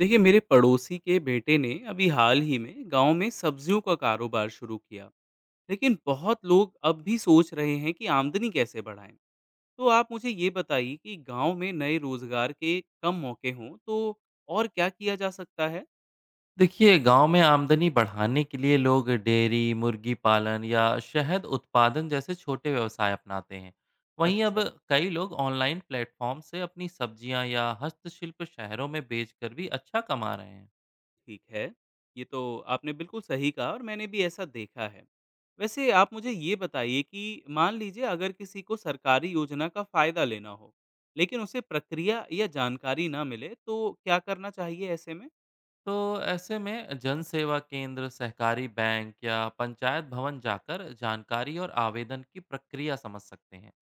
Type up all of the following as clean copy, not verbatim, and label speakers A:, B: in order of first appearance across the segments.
A: देखिए मेरे पड़ोसी के बेटे ने अभी हाल ही में गांव में सब्जियों का कारोबार शुरू किया। लेकिन बहुत लोग अब भी सोच रहे हैं कि आमदनी कैसे बढ़ाएं। तो आप मुझे ये बताइए कि गांव में नए रोजगार के कम मौके हों तो और क्या किया जा सकता है।
B: देखिए गांव में आमदनी बढ़ाने के लिए लोग डेयरी मुर्गी पालन या शहद उत्पादन जैसे छोटे व्यवसाय अपनाते हैं। वहीं अब
A: अच्छा।
B: कई लोग ऑनलाइन प्लेटफॉर्म से अपनी सब्जियां या हस्तशिल्प शहरों में बेचकर भी अच्छा कमा रहे हैं।
A: ठीक है, ये तो आपने बिल्कुल सही कहा और मैंने भी ऐसा देखा है। वैसे आप मुझे ये बताइए कि मान लीजिए अगर किसी को सरकारी योजना का फ़ायदा लेना हो, लेकिन उसे प्रक्रिया या जानकारी ना मिले, तो क्या करना चाहिए ऐसे में?
B: तो ऐसे में जन सेवा केंद्र सहकारी बैंक या पंचायत भवन जाकर जानकारी और आवेदन की प्रक्रिया समझ सकते हैं।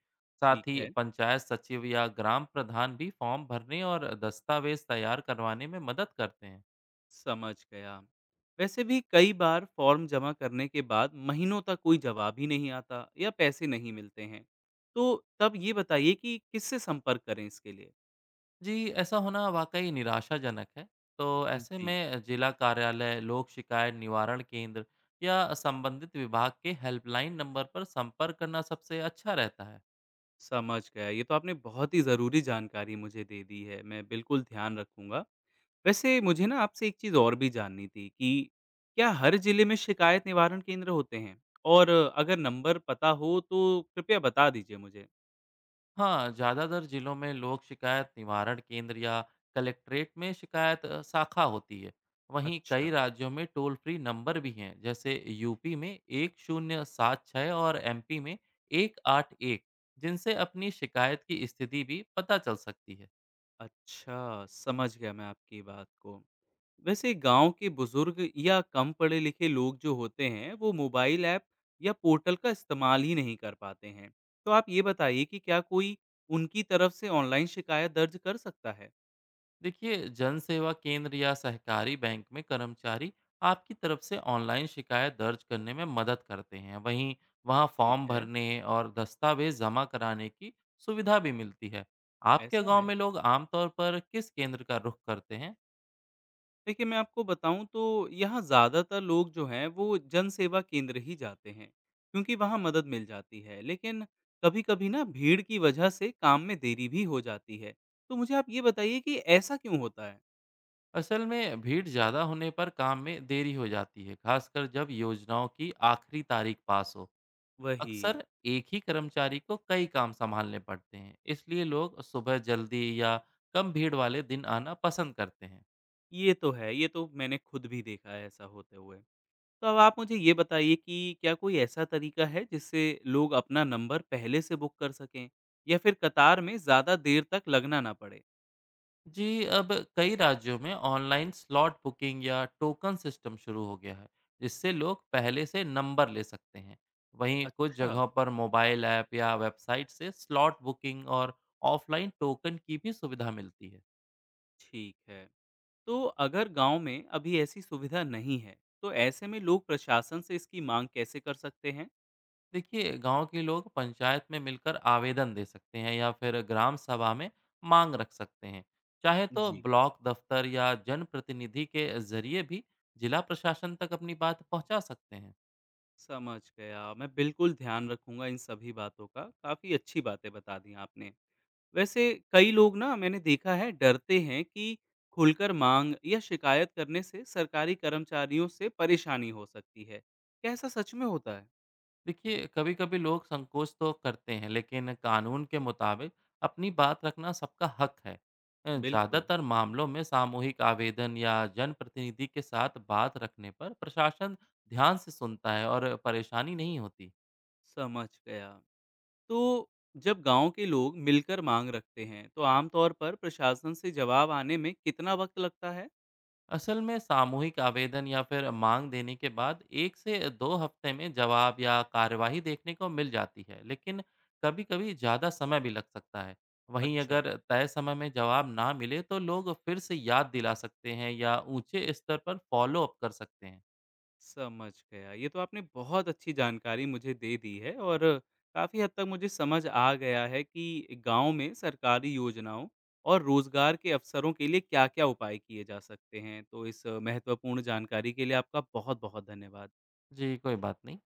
B: साथ
A: ठीक
B: ही
A: है,
B: पंचायत सचिव या ग्राम प्रधान भी फॉर्म भरने और दस्तावेज तैयार करवाने में मदद करते हैं।
A: समझ गया। वैसे भी कई बार फ़ॉर्म जमा करने के बाद महीनों तक कोई जवाब ही नहीं आता या पैसे नहीं मिलते हैं। तो तब ये बताइए कि किससे संपर्क करें इसके लिए?
B: जी, ऐसा होना वाक़ई निराशाजनक है। तो ऐसे
A: जी।
B: में जिला कार्यालय, लोक शिकायत निवारण केंद्र या संबंधित विभाग के हेल्पलाइन नंबर पर संपर्क करना सबसे अच्छा रहता है।
A: समझ गया। ये तो आपने बहुत ही ज़रूरी जानकारी मुझे दे दी है। मैं बिल्कुल ध्यान रखूँगा। वैसे मुझे ना आपसे एक चीज़ और भी जाननी थी कि क्या हर ज़िले में शिकायत निवारण केंद्र होते हैं? और अगर नंबर पता हो तो कृपया बता दीजिए मुझे।
B: हाँ, ज़्यादातर जिलों में लोक शिकायत निवारण केंद्र या कलेक्ट्रेट में शिकायत शाखा होती है। वहीं कई
A: अच्छा,
B: राज्यों में टोल फ्री नंबर भी हैं, जैसे यूपी में 1076 और एमपी में 181, जिनसे अपनी शिकायत की स्थिति भी पता चल सकती है।
A: अच्छा समझ गया मैं आपकी बात को। वैसे गांव के बुजुर्ग या कम पढ़े लिखे लोग जो होते हैं वो मोबाइल ऐप या पोर्टल का इस्तेमाल ही नहीं कर पाते हैं। तो आप ये बताइए कि क्या कोई उनकी तरफ से ऑनलाइन शिकायत दर्ज कर सकता है।
B: देखिए जन सेवा केंद्र या सहकारी बैंक में कर्मचारी आपकी तरफ से ऑनलाइन शिकायत दर्ज करने में मदद करते हैं। वहीं वहाँ
A: ठीक
B: फॉर्म
A: है।
B: भरने और दस्तावेज जमा कराने की सुविधा भी मिलती है। आपके
A: ऐसा
B: गांव
A: है,
B: में लोग आमतौर पर किस केंद्र का रुख करते हैं?
A: देखिए मैं आपको बताऊं तो यहाँ ज़्यादातर लोग जो हैं वो जन सेवा केंद्र ही जाते हैं, क्योंकि वहाँ मदद मिल जाती है। लेकिन कभी कभी ना भीड़ की वजह से काम में देरी भी हो जाती है। तो मुझे आप ये बताइए कि ऐसा क्यों होता है।
B: असल में भीड़ ज़्यादा होने पर काम में देरी हो जाती है, खासकर जब योजनाओं की आखिरी तारीख पास हो।
A: वही,
B: अक्सर एक ही कर्मचारी को कई काम संभालने पड़ते हैं, इसलिए लोग सुबह जल्दी या कम भीड़ वाले दिन आना पसंद करते हैं।
A: ये तो है, ये तो मैंने खुद भी देखा है ऐसा होते हुए। तो अब आप मुझे ये बताइए कि क्या कोई ऐसा तरीका है जिससे लोग अपना नंबर पहले से बुक कर सकें या फिर कतार में ज़्यादा देर तक लगना ना पड़े?
B: जी, अब कई राज्यों में ऑनलाइन स्लॉट बुकिंग या टोकन सिस्टम शुरू हो गया है, जिससे लोग पहले से नंबर ले सकते हैं। वहीं कुछ
A: अच्छा,
B: जगहों पर मोबाइल ऐप या वेबसाइट से स्लॉट बुकिंग और ऑफलाइन टोकन की भी सुविधा मिलती है।
A: ठीक है। तो अगर गाँव में अभी ऐसी सुविधा नहीं है, तो ऐसे में लोग प्रशासन से इसकी माँग कैसे कर सकते हैं?
B: देखिए गांव के लोग पंचायत में मिलकर आवेदन दे सकते हैं या फिर ग्राम सभा में मांग रख सकते हैं। चाहे तो
A: जी,
B: ब्लॉक दफ्तर या जनप्रतिनिधि के जरिए भी जिला प्रशासन तक अपनी बात पहुंचा सकते हैं।
A: समझ गया। मैं बिल्कुल ध्यान रखूँगा इन सभी बातों का। काफ़ी अच्छी बातें बता दी आपने। वैसे कई लोग ना मैंने देखा है डरते हैं कि खुलकर मांग या शिकायत करने से सरकारी कर्मचारियों से परेशानी हो सकती है। क्या ऐसा सच में होता है?
B: देखिए कभी कभी लोग संकोच तो करते हैं, लेकिन कानून के मुताबिक अपनी बात रखना सबका हक है।
A: बिल्कुल।
B: ज़्यादातर मामलों में सामूहिक आवेदन या जनप्रतिनिधि के साथ बात रखने पर प्रशासन ध्यान से सुनता है और परेशानी नहीं होती।
A: समझ गया। तो जब गांव के लोग मिलकर मांग रखते हैं तो आमतौर पर प्रशासन से जवाब आने में कितना वक्त लगता है?
B: असल में सामूहिक आवेदन या फिर मांग देने के बाद 1 से 2 हफ्ते में जवाब या कार्यवाही देखने को मिल जाती है, लेकिन कभी कभी ज़्यादा समय भी लग सकता है। वहीं
A: अच्छा,
B: अगर तय समय में जवाब ना मिले तो लोग फिर से याद दिला सकते हैं या ऊंचे स्तर पर फॉलो अप कर सकते हैं।
A: समझ गया। ये तो आपने बहुत अच्छी जानकारी मुझे दे दी है और काफ़ी हद तक मुझे समझ आ गया है कि गाँव में सरकारी योजनाओं और रोज़गार के अवसरों के लिए क्या-क्या उपाय किए जा सकते हैं। तो इस महत्वपूर्ण जानकारी के लिए आपका बहुत-बहुत धन्यवाद।
B: जी, कोई बात नहीं।